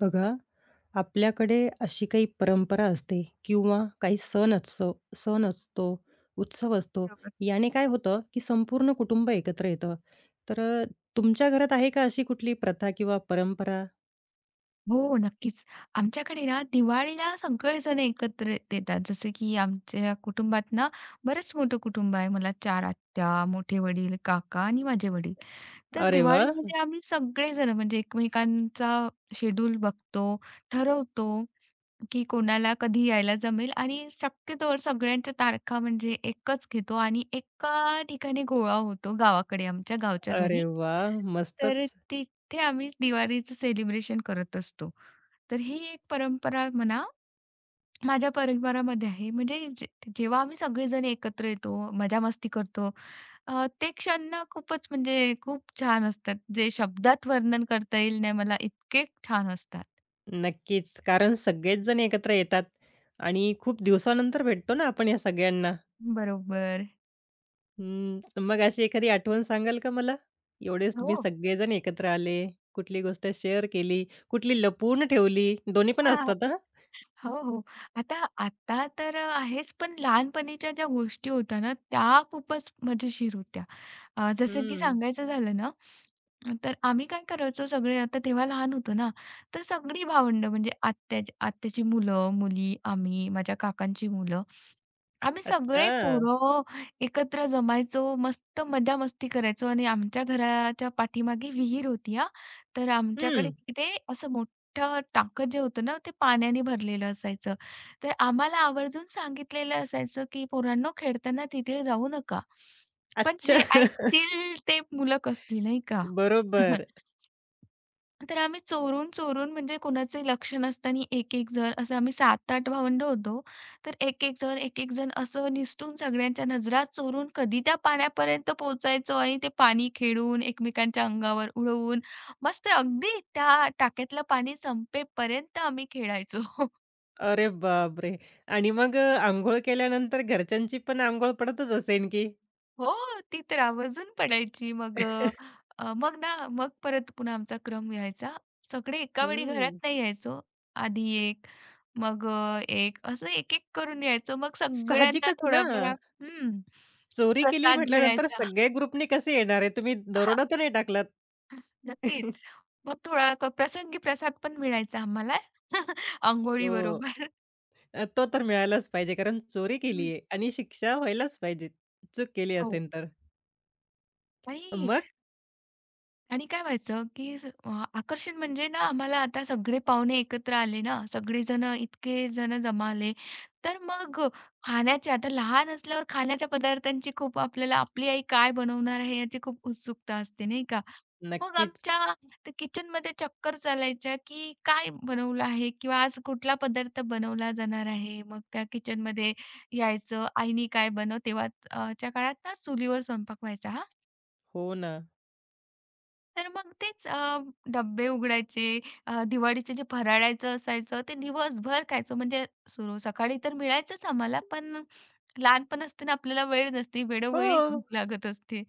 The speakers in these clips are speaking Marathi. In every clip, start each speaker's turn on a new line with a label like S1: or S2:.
S1: बघा, आपल्याकडे अशी काही परंपरा असते किंवा काही सण असतो सण असतो, उत्सव असतो.
S2: बरोबर.
S1: याने काय होतं, की संपूर्ण कुटुंब एकत्र येतं. तर अ, तुमच्या घरात आहे का अशी कुठली प्रथा किंवा परंपरा?
S2: हो, नक्कीच. आमच्याकडे ना दिवाळीला सगळेजण एकत्र येतात. जसे की आमच्या कुटुंबात ना बरंच मोठं कुटुंब आहे. मला चार आत्या, मोठे वडील, काका आणि माझे वडील. तर
S1: अरे वा,
S2: दिवाळीमध्ये आम्ही सगळेजण म्हणजे एकमेकांचा शेड्यूल बघतो, ठरवतो. की कोणाला कधी यायला जमेल आणि शक्यतोवर सगळ्यांच्या तारखा म्हणजे एकच घेतो आणि एका ठिकाणी गोळा होतो गावाकडे आमच्या गावच्या
S1: अरे
S2: घरी.
S1: वा,
S2: तर
S1: मस्तच.
S2: तिथे आम्ही दिवाळीचं सेलिब्रेशन करत असतो. तर ही एक परंपरा म्हणा माझ्या परिवारामध्ये आहे. म्हणजे जेव्हा आम्ही सगळेजण एकत्र येतो, मजा-मस्ती करतो, ते क्षण ना खूपच म्हणजे खूप छान असतात. जे शब्दात वर्णन करता येईल नाही मला, इतके छान असतात.
S1: नक्कीच. कारण सगळेच जण एकत्र येतात आणि खूप दिवसानंतर भेटतो ना आपण या सगळ्यांना.
S2: बरोबर.
S1: हं, मग अशी एखादी आठवण सांगाल का मला? एवढेच तुम्ही
S2: हो.
S1: सगळेजण एकत्र आले, कुठली गोष्ट शेअर केली, कुठली लपवून ठेवली? दोन्ही पण असतात हां?
S2: हो, हो. आता आता तर अ, आहेच, पण लहानपणीच्या ज्या गोष्टी होत्या ना, त्या खूपच मजेशीर होत्या. जसं की
S1: हं.
S2: सांगायचं झालं ना, तर आम्ही काय करायचो सगळे आता तेव्हा लहान होतो ना, तर सगळी भावंडं म्हणजे आत्याची आत्याची मुलं, मुली, आम्ही, माझ्या काकांची मुलं, आम्ही सगळे
S1: अच्छा.
S2: पोरं एकत्र जमायचो. मस्त मजा-मस्ती करायचो आणि आमच्या घराच्या पाठीमागे विहीर होती हां. तर आमच्याकडे
S1: हं.
S2: तिथे असं मोठं टाकं जे होतं ना, ते पाण्याने भरलेलं असायचं. तर आम्हाला आवर्जून सांगितलेलं असायचं, की "पोरांनो, खेळताना तिथे जाऊ नका." पण
S1: अच्छा.
S2: जे तील ते मुलं कसली नाही का?
S1: बरोबर.
S2: तर आम्ही चोरून-चोरून म्हणजे कोणाचंही लक्ष नसताना एक-एक जण असं आम्ही 7-8 भावंडं होतो. तर एक-एक जण, एक-एक जण असं निसटून सगळ्यांच्या नजरा चोरून कधी त्या पाण्यापर्यंत पोहोचायचो आणि ते पाणी खेळून, एकमेकांच्या अंगावर उडवून मस्त अगदी त्या टाक्यातलं पाणी संपेपर्यंत आम्ही खेळायचो.
S1: अरे बापरे! आणि मग अ, अंघोळ केल्यानंतर घरच्यांची पण अंघोळ पडतच असेन की?
S2: हो, ती तर आवर्जून पडायची. मग ना, मग परत पुन्हा आमचा क्रम यायचा. सगळे एका वेळी घरात
S1: हं.
S2: नाही यायचो. आधी एक, मग एक असं एक-एक करून यायचो. मग सगळ्यांना
S1: साहजिकच ना.
S2: थोडाफार हं,
S1: चोरी केली
S2: प्रसाद
S1: म्हटल्यानंतर
S2: मिळायचा.
S1: सगळे ग्रुपनी कसे येणार आहे? तुम्ही दरोडा तर नाही टाकलात?
S2: नक्कीच. मग थोडा प्रसंगी प्रसाद पण मिळायचा आम्हाला.
S1: हो.
S2: अंघोळीबरोबर.
S1: तो तर मिळायलाच पाहिजे कारण चोरी केली
S2: हं,
S1: आहे आणि शिक्षा व्हायलाच पाहिजे. चूक केली
S2: हो.
S1: असेल तर.
S2: नाही
S1: मग
S2: आणि काय व्हायचं, की आकर्षण म्हणजे ना आम्हाला आता सगळे पाहुणे एकत्र आले ना, सगळेजण इतके जण जमाले. तर मग खाण्याचे आता लहान असल्यावर खाण्याच्या पदार्थांची खूप आपल्याला आपली आई काय बनवणार आहे याची खूप उत्सुकता असते, नाही का? मग
S1: नक्कीच.
S2: आमच्या त्या किचनमध्ये चक्कर चालायच्या, की काय बनवलं आहे किंवा आज कुठला पदार्थ बनवला जाणार आहे. मग त्या किचनमध्ये यायचं, आईनी काय बनव तेव्हा च्या काळात ना चुलीवर स्वयंपाक व्हायचा हा.
S1: हो ना.
S2: तर मग तेच डब्बे उघडायचे, दिवाळीचे जे फराळाचं असायचं ते दिवसभर खायचो. म्हणजे सकाळी तर मिळायचंच आम्हाला, पण लहानपण असताना आपल्याला वेळ नसते,
S1: हो.
S2: वेळोवेळीच भूक लागत असते.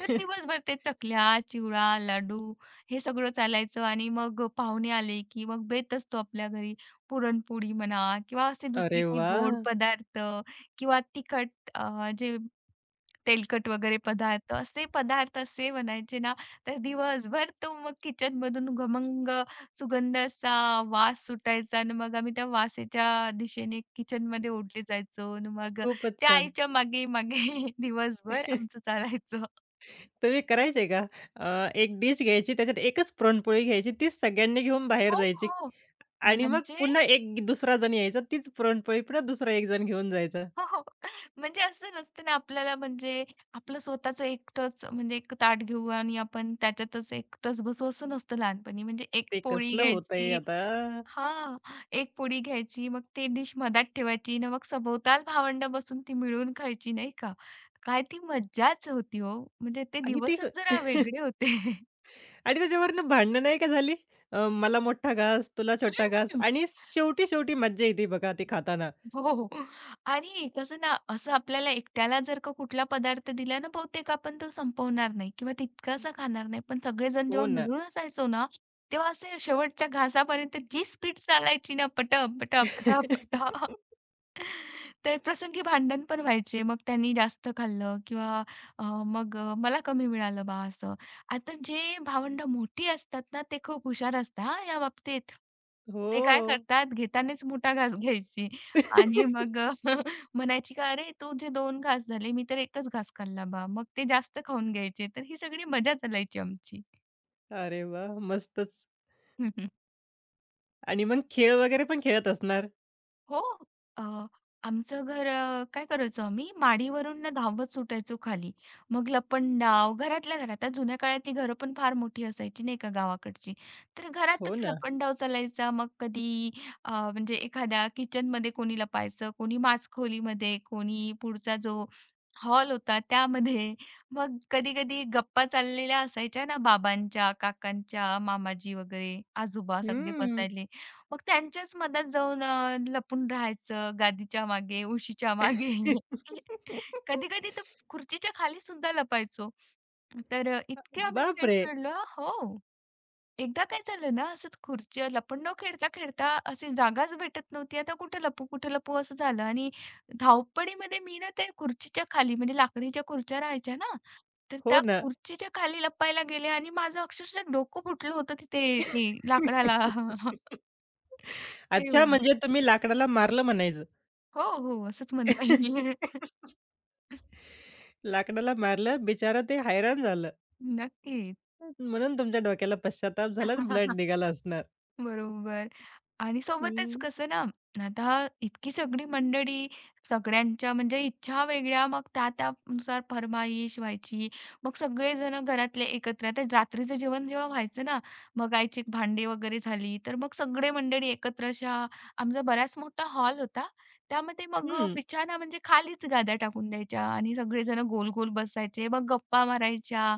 S2: तर दिवसभर ते चकल्या, चिवडा, लाडू हे सगळं चालायचं आणि मग पाहुणे आले, की मग बेत असतो आपल्या घरी. पुरणपोळी म्हणा किंवा असे दुसरे
S1: अरे
S2: काही गोड
S1: वाह!
S2: पदार्थ किंवा तिखट जे तेलकट वगैरे पदार्थ, असे पदार्थ असे बनायचे ना, तर दिवसभर तो मग किचनमधून घमंग सुगंध असा वास सुटायचा आणि मग आम्ही त्या वासाच्या दिशेने किचनमध्ये ओढले जायचो आणि मग
S1: खूपच
S2: त्या
S1: छान.
S2: आईच्या मागे, मागे दिवसभर आमचं चालायचं.
S1: तुम्ही करायचे का? एक डिश घ्यायची त्याच्यात एकच पुरणपोळी घ्यायची तीच सगळ्यांनी घेऊन बाहेर
S2: हो,
S1: जायची
S2: हो.
S1: आणि मग
S2: म्हणजे
S1: पुन्हा एक दुसरा जण यायचा तीच पुरणपोळी पुन्हा दुसरा एक जण घेऊन जायचा.
S2: हो, हो. म्हणजे असं नसतं ना आपल्याला म्हणजे आपलं स्वतःचं एकटंच म्हणजे एक ताट घेऊ आणि आपण त्याच्यातच एकटंच बसू असं नसतं लहानपणी. म्हणजे एक
S1: ते
S2: पोळी
S1: कसलं होतंय
S2: घ्यायची
S1: आता
S2: हां, एक पोळी घ्यायची, मग ते डिश मधात ठेवायची ना मग सभोवताल भावंड बसून ती मिळून खायची नाही का? काय ती मज्जाच होती हो. म्हणजे ते
S1: आणि ते
S2: दिवसच जरा वेगळे होते.
S1: आणि त्याच्यावरनं भांडणं नाही का झाली? मला मोठा घास, तुला छोटा घास आणि शेवटी, शेवटी मज्जा येते बघा ते खाताना.
S2: हो, हो. आणि कसं ना, असं आपल्याला एकट्याला जर का कुठला पदार्थ दिला ना, बहुतेक आपण तो संपवणार नाही किंवा तितकासा खाणार नाही. पण सगळेजण
S1: हो
S2: जेव्हा
S1: ना.
S2: मिळून असायचो ना, तेव्हा असे शेवटच्या घासापर्यंत जी स्पीड चालायची ना, पटप, पटप, पटप, पटप. तर प्रसंगी भांडण पण व्हायचे. मग त्यांनी जास्त खाल्लं किंवा मग मला कमी मिळालं बा असं. आता जे भावंडं मोठी असतात ना, ते खूप हुशार असतात हां, या बाबतीत.
S1: हो.
S2: ते काय करतात, घेतानाच मोठा घास घ्यायची. आणि मग म्हणायची का "अरे, तुझे दोन घास झाले, मी तर एकच घास खाल्ला बा." मग ते जास्त खाऊन घ्यायचे. तर ही सगळी मजा चालायची आमची.
S1: अरे वाह! मस्तच. आणि मग खेळ वगैरे पण खेळत असणार?
S2: हो. अ, आमचं घर काय करायचो आम्ही माडीवरून ना धावत सुटायचो खाली. मग लपंडाव घरातल्या घरात. आता जुन्या काळात ती घरं पण फार मोठी असायची नाही का गावाकडची. तर
S1: हो
S2: घरातच
S1: ना.
S2: लपंडाव चालायचा. मग कधी म्हणजे एखाद्या किचनमध्ये कोणी लपायचं, कोणी माचखोलीमध्ये, कोणी पुढचा जो हॉल होता त्यामध्ये. मग कधी-कधी गप्पा चाललेल्या असायच्या ना बाबांच्या, काकांच्या, मामाजी वगैरे आजोबा सगळे
S1: हं.
S2: बसायले. मग त्यांच्याच मधात जाऊन लपून राहायचं गादीच्या मागे, उशीच्या मागे. कधी-कधी तर खुर्चीच्या खाली सुद्धा लपायचो. तर इतके आम्ही खेळ
S1: बापरे!
S2: खेळलो हो. एकदा काय झालं ना, असंच खुर्ची लपंडाव खेळता-खेळता असे जागाच भेटत नव्हती. आता कुठे लपू, कुठे लपू असं झालं आणि धावपळीमध्ये मी ना त्या खुर्चीच्या खाली म्हणजे लाकडीच्या खुर्च्या राहायच्या ना, तर
S1: हो
S2: त्या
S1: ना.
S2: खुर्चीच्या खाली लपायला गेले आणि माझं अक्षरशः डोकं फुटलं होतं तिथे ते लाकडाला. हे
S1: अच्छा,
S2: हो.
S1: म्हणजे तुम्ही लाकडाला मारलं म्हणायचं.
S2: हो, हो. असंच म्हणता येईल.
S1: लाकडाला मारलं, बिचारं ते हैराण झालं.
S2: नक्कीच.
S1: म्हणून तुमच्या डोक्याला पश्चात्ताप झाला आणि ब्लड निघाला असणार.
S2: बरोबर आणि सोबतच
S1: हं,
S2: कसं ना, आता इतकी सगळी मंडळी, सगळ्यांच्या म्हणजे इच्छा वेगळ्या, मग त्या त्यानुसार फर्माईश व्हायची. मग सगळेजण घरातले एकत्र आता रात्रीचं जेवण जेव्हा व्हायचं ना, मग आईची भांडी वगैरे झाली, तर मग सगळे मंडळी एकत्र अशा आमचा बराच मोठा हॉल होता. त्यामध्ये मग
S1: हं.
S2: बिछाना म्हणजे खालीच गाद्या टाकून द्यायच्या आणि सगळेजण गोल-गोल बसायचे. मग गप्पा मारायच्या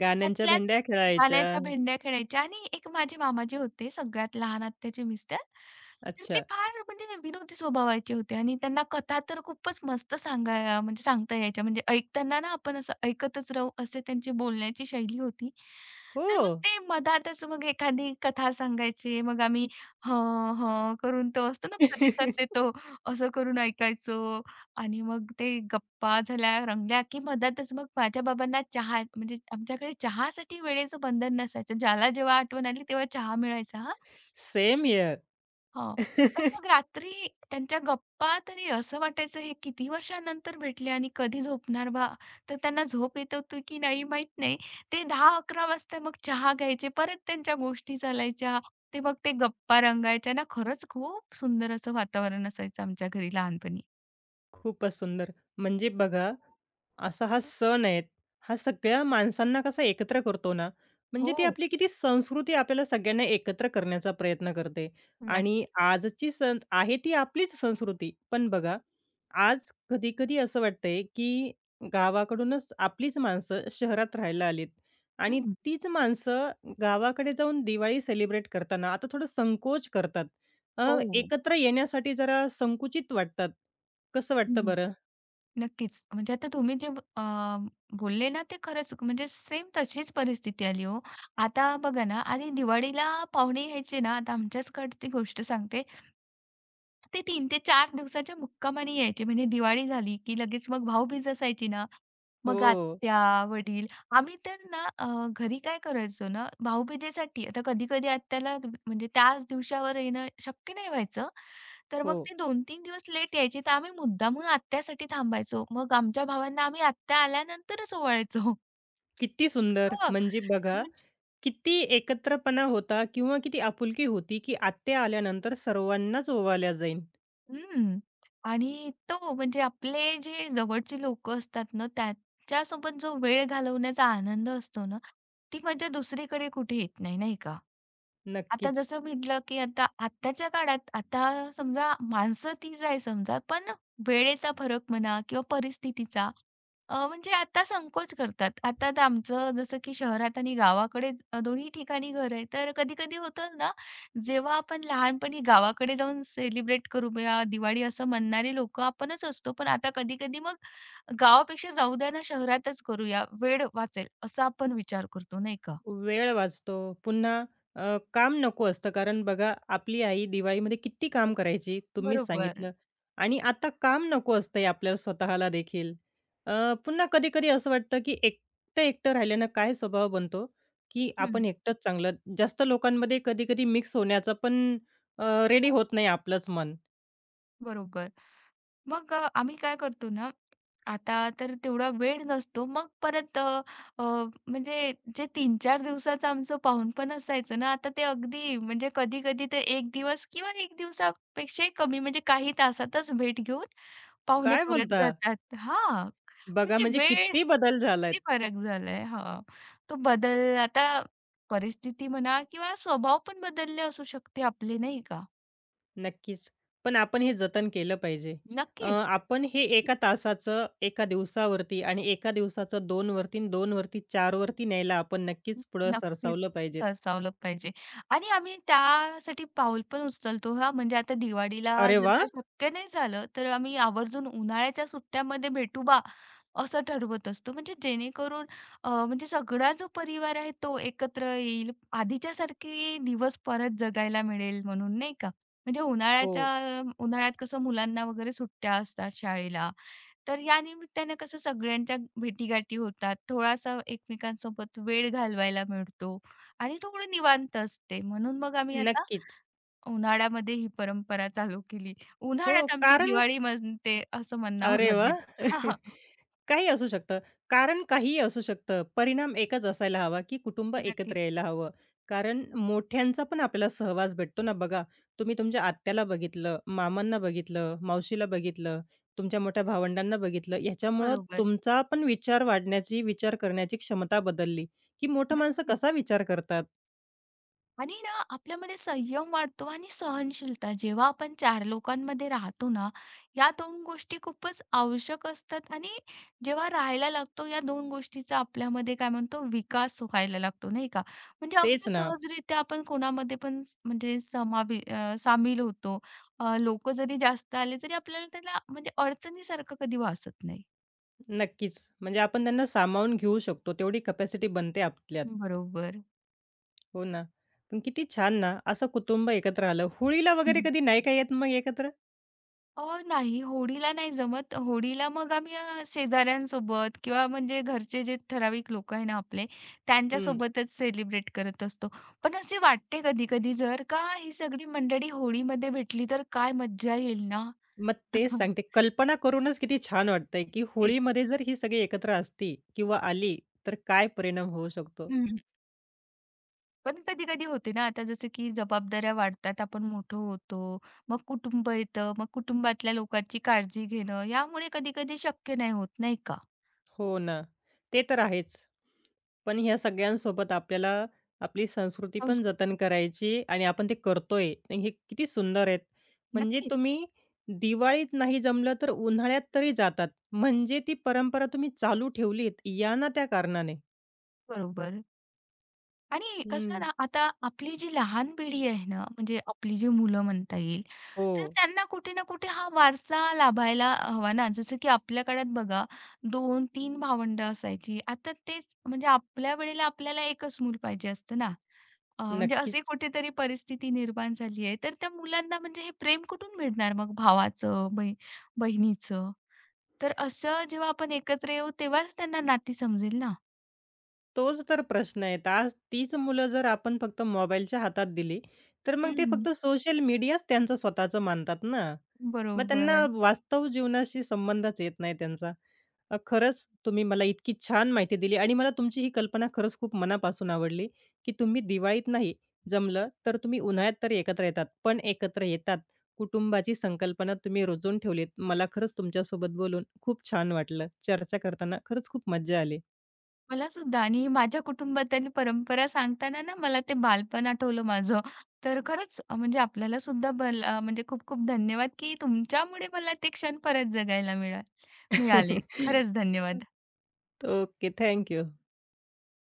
S1: गाण्यांच्या
S2: त्यातल्यात
S1: भेंड्या खेळायच्या.
S2: भाल्याच्या भेंड्या खेळायच्या आणि एक माझे मामाजी होते सगळ्यात लहान आत्याचे मिस्टर. तर ते
S1: अच्छा.
S2: फार म्हणजे विनोदी स्वभावाचे होते आणि त्यांना कथा तर खूपच मस्त सांगाय म्हणजे सांगता यायच्या. म्हणजे ऐकताना ना आपण असं ऐकतच राहू असे त्यांची बोलण्याची शैली होती. तर
S1: हो.
S2: मग ते मधातच मग एखादी कथा सांगायची. मग आम्ही हं, हं, करून तो असतो ना प्रतिसाद देतो, असं करून ऐकायचो. आणि मग ते गप्पा झाल्या, रंगल्या, की मधातच मग माझ्या बाबांना चहा म्हणजे आमच्याकडे चहासाठी वेळेचं बंधन नसायचं. ज्याला जेव्हा आठवण आली तेव्हा चहा मिळायचा हां.
S1: Same here.
S2: हो. तर मग रात्री त्यांच्या गप्पा तरी असं वाटायचं हे किती वर्षानंतर भेटले आणि कधी झोपणार बा? तर त्यांना झोप येत होती की नाही माहीत नाही. ते 10-11 वाजता मग चहा घ्यायचे. परत त्यांच्या गोष्टी चालायच्या. ते मग ते गप्पा रंगायच्या ना, खरंच खूप सुंदर असं वातावरण असायचं आमच्या घरी लहानपणी.
S1: खूपच सुंदर. म्हणजे बघा, असा हा सण आहे, हा सगळ्या माणसांना कसा एकत्र करतो ना, म्हणजे ती
S2: हो,
S1: आपली किती संस्कृती आपल्याला सगळ्यांना एकत्र करण्याचा प्रयत्न करते. आणि
S2: नक्कीच.
S1: आजची सण आहे ती आपलीच संस्कृती. पण बघा, आज कधी-कधी असं वाटतंय, की गावाकडूनच आपलीच माणसं शहरात राहायला आलीत आणि
S2: हं.
S1: तीच माणसं गावाकडे जाऊन दिवाळी सेलिब्रेट करताना आता थोडं संकोच करतात. अ,
S2: हो.
S1: एकत्र येण्यासाठी जरा संकुचित वाटतात. कसं वाटतं
S2: हं,
S1: बरं?
S2: नक्कीच. म्हणजे आता तुम्ही जे अ, बोलले ना ते खरंच म्हणजे सेम तशीच परिस्थिती आली हो. आता बघा ना आधी दिवाळीला पाहुणे यायचे ना, आता आमच्याच कडची गोष्ट सांगते. ते तीन ते 4 दिवसाच्या मुक्कामाने यायचे. म्हणजे दिवाळी झाली, की लगेच मग भाऊबीज असायची ना, मग
S1: हो,
S2: आत्या, वडील आम्ही तर ना घरी काय करायचो ना, भाऊबीजेसाठी आता कधी-कधी आत्याला म्हणजे त्याच दिवसावर येणं शक्य नाही व्हायचं. तर
S1: हो.
S2: मग ते 2-3 दिवस लेट यायचे, तर आम्ही मुद्दामून आत्यासाठी थांबायचो. मग आमच्या भावांना आम्ही आत्या आल्यानंतरच ओवाळायचो.
S1: किती सुंदर!
S2: इतकं
S1: म्हणजे बघा,
S2: म्हणजे
S1: किती एकत्रपणा होता किंवा किती आपुलकी होती, की आत्या आल्यानंतर सर्वांनाच ओवाळल्या जाईल.
S2: हं. आणि तो म्हणजे आपले जे जवळची लोकं असतात ना, त्यांच्यासोबत जो वेळ घालवण्याचा आनंद असतो ना, ती मजा दुसरीकडे कुठे येत नाही, नाही का? आता
S1: नक्कीच.
S2: जसं म्हटलं, की आता आत्ताच्या काळात आता समजा माणसं तीच आहे समजा, पण वेळेचा फरक म्हणा किंवा परिस्थितीचा म्हणजे आता संकोच करतात. आता तर आमचं जसं की शहरात आणि गावाकडे दोन्ही ठिकाणी घर आहे. तर कधी-कधी होतं ना, जेव्हा आपण लहानपणी गावाकडे जाऊन सेलिब्रेट करूया दिवाळी असं म्हणणारे लोकं आपणच असतो. पण आता कधी-कधी मग गावापेक्षा जाऊ द्या ना, शहरातच करूया, वेळ वाचेल असा आपण विचार करतो, नाही का?
S1: वेळ वाचतो. पुन्हा अ, काम नको असतं. कारण बघा, आपली आई दिवाळीमध्ये किती काम करायची, तुम्हीच
S2: बरोबर.
S1: सांगितलं. आणि आता काम नको असतंय आपल्याला स्वतःला देखील. पुन्हा कधी-कधी असं वाटतं, की एकटं-एकटं राहिल्यानं काय स्वभाव बनतो, की
S2: हं.
S1: आपण एकटंच चांगलं. जास्त लोकांमध्ये कधी-कधी मिक्स होण्याचं पण रेडी
S2: हो.
S1: होत नाही आपलंच मन.
S2: बरोबर. मग आम्ही काय करतो ना, आता तर तेवढा वेळ नसतो. मग परत अ, अ, म्हणजे जे 3-4 दिवसाचं आमचं पाहुणपण असायचं ना, आता ते अगदी म्हणजे कधी-कधी ते एक दिवस किंवा 1 दिवसापेक्षाही कमी म्हणजे काही तासातच भेट घेऊन पाहुणे
S1: काय
S2: परत
S1: बोलता?
S2: जातात. हां,
S1: बघा
S2: म्हणजे
S1: म्हणजे किती बदल झालाय.
S2: किती फरक झालाय. हां, तो बदल आता परिस्थिती म्हणा किंवा स्वभाव पण बदलले असू शकते आपले, नाही का?
S1: नक्कीच. पण आपण हे जतन केलं पाहिजे.
S2: नक्कीच.
S1: आपण हे एका तासाचं एका दिवसावरती आणि 1 दिवसाचं 2 आणि 2 वरती 4 वरती न्यायला आपण नक्कीच पुढं
S2: नक्कीच
S1: सरसावलं पाहिजे.
S2: सरसावलं पाहिजे आणि आम्ही त्यासाठी पाऊल पण उचलतो हां. म्हणजे आता दिवाळीला
S1: अरे
S2: जर
S1: वाह!
S2: का शक्य नाही झालं, तर आम्ही आवर्जून उन्हाळ्याच्या सुट्ट्यामध्ये भेटू बा, असं ठरवत असतो. म्हणजे जेणेकरून म्हणजे सगळा जो परिवार आहे तो एकत्र येईल. आधीच्यासारखे दिवस परत जगायला मिळेल म्हणून नाही का. म्हणजे
S1: हो,
S2: उन्हाळ्यात कसं मुलांना वगैरे सुट्ट्या असतात शाळेला तर या निमित्तानं कसं सगळ्यांच्या भेटीगाठी होतात. थोडासा एकमेकांसोबत वेळ घालवायला मिळतो आणि थोडं निवांत असते. म्हणून मग आम्ही आता
S1: नक्कीच.
S2: उन्हाळ्यामध्ये ही परंपरा चालू केली.
S1: हो,
S2: उन्हाळ्यात आमची
S1: कारण
S2: दिवाळी मनते असं म्हणावं
S1: अरे
S2: लागेल.
S1: वाह!
S2: हां, हां.
S1: काही असू शकतं. कारण काहीही असू शकतं. परिणाम एकच असायला हवा, की कुटुंब एकत्र यायला हवं. कारण मोठ्यांचा पण आपल्याला सहवास भेटतो ना. बघा, तुम्ही तुमच्या आत्याला बघितलं, मामांना बघितलं, मावशीला बघितलं, तुमच्या मोठ्या भावंडांना बघितलं. ह्याच्यामुळं
S2: बरोबर.
S1: तुमचा पण विचार वाढण्याची, विचार करण्याची क्षमता बदलली, की मोठं माणसं
S2: नक्कीच.
S1: कसा विचार करतात?
S2: आणि ना आपल्यामध्ये संयम वाढतो आणि सहनशीलता. जेव्हा आपण 4 लोकांमध्ये राहतो ना, या 2 गोष्टी खूपच आवश्यक असतात आणि जेव्हा राहायला लागतो या 2 गोष्टीचा आपल्यामध्ये काय म्हणतो विकास व्हायला लागतो, नाही का? म्हणजे
S1: तेच
S2: अगदी
S1: ना.
S2: सहजरित्या आपण कोणामध्ये पण म्हणजे सामील होतो. अ, जरी जास्त आले तरी आपल्याला त्याला म्हणजे अडचणीसारखं कधी भासत नाही.
S1: नक्कीच. म्हणजे आपण त्यांना सामावून घेऊ शकतो. तेवढी कपॅसिटी बनते आपल्यात.
S2: बरोबर.
S1: हो ना. पण किती छान ना, असं कुटुंब एकत्र आलं. होळीला वगैरे कधी नाही का येत मग एकत्र?
S2: अ, नाही होडीला नाही जमत. होडीला मग आम्ही शेजाऱ्यांसोबत किंवा म्हणजे घरचे जे ठराविक लोकं आहे ना आपले,
S1: हं.
S2: त्यांच्यासोबतच सेलिब्रेट करत असतो. पण असे वाटते कधी-कधी जर का ही सगळी मंडळी होळीमध्ये भेटली तर काय मज्जा येईल ना?
S1: मग तेच सांगते, कल्पना करूनच किती छान वाटतंय, की
S2: तेच.
S1: होळीमध्ये जर ही सगळी एकत्र असती किंवा आली, तर काय परिणाम होऊ शकतो?
S2: हं. पण कधी-कधी होते ना आता जसं की जबाबदाऱ्या वाढतात, आपण मोठं होतो, मग कुटुंब येतं, मग कुटुंबातल्या लोकांची काळजी घेणं, यामुळे कधी-कधी शक्य नाही होत, नाही का?
S1: हो ना. ते तर आहेच. पण ह्या सगळ्यांसोबत आपल्याला आपली संस्कृती पण
S2: समजू
S1: जतन करायची आणि आपण ते करतोय. आणि हे किती सुंदर आहेत. म्हणजे
S2: नक्कीच.
S1: तुम्ही दिवाळीत नाही जमलं तर उन्हाळ्यात तरी जातात. म्हणजे ती परंपरा तुम्ही चालू ठेवलीत या ना त्या कारणाने.
S2: बरोबर. आणि कसं
S1: हं.
S2: ना, आता आपली जी लहान पिढी आहे ना, म्हणजे आपली जी मुलं म्हणता येईल,
S1: हो.
S2: तर त्यांना कुठे ना कुठे हा वारसा लाभायला हवा ना. जसं की आपल्या काळात बघा 2 तीन भावंडं असायची. आता तेच म्हणजे आपल्या वेळेला आपल्याला एकच मूल पाहिजे असतं ना. म्हणजे अशी
S1: नक्कीच.
S2: कुठेतरी परिस्थिती निर्माण झाली आहे. तर त्या मुलांना म्हणजे हे प्रेम कुठून मिळणार मग भावाचं, बहिणीचं? तर असं जेव्हा आपण एकत्र येऊ तेव्हाच त्यांना नाती समजेल ना.
S1: तोच तर प्रश्न आहे. आज तीच मुलं जर आपण फक्त मोबाईलच्या हातात दिली, तर मग ते
S2: हं,
S1: फक्त सोशल मीडियाच त्यांचं स्वतःचं मानतात ना. मग त्यांना
S2: बरोबर.
S1: वास्तव जीवनाशी संबंधच येत नाही त्यांचा. खरंच तुम्ही मला इतकी छान माहिती दिली आणि मला तुमची ही कल्पना खरंच खूप मनापासून आवडली, की तुम्ही दिवाळीत नाही जमलं तर तुम्ही उन्हाळ्यात तरी एकत्र येतात. पण एकत्र येतात. कुटुंबाची संकल्पना तुम्ही रुजून ठेवलीत. मला खरंच तुमच्यासोबत बोलून खूप छान वाटलं. चर्चा करताना खरंच खूप मज्जा आली.
S2: मला सुद्धा आणि माझ्या कुटुंबातील परंपरा सांगताना ना मला ते बालपण आठवलं माझं. तर खरंच म्हणजे आपल्याला सुद्धा म्हणजे खूप खूप धन्यवाद, की तुमच्यामुळे मला ते क्षण परत जगायला मिळाले. खरंच धन्यवाद.
S1: Okay, thank you.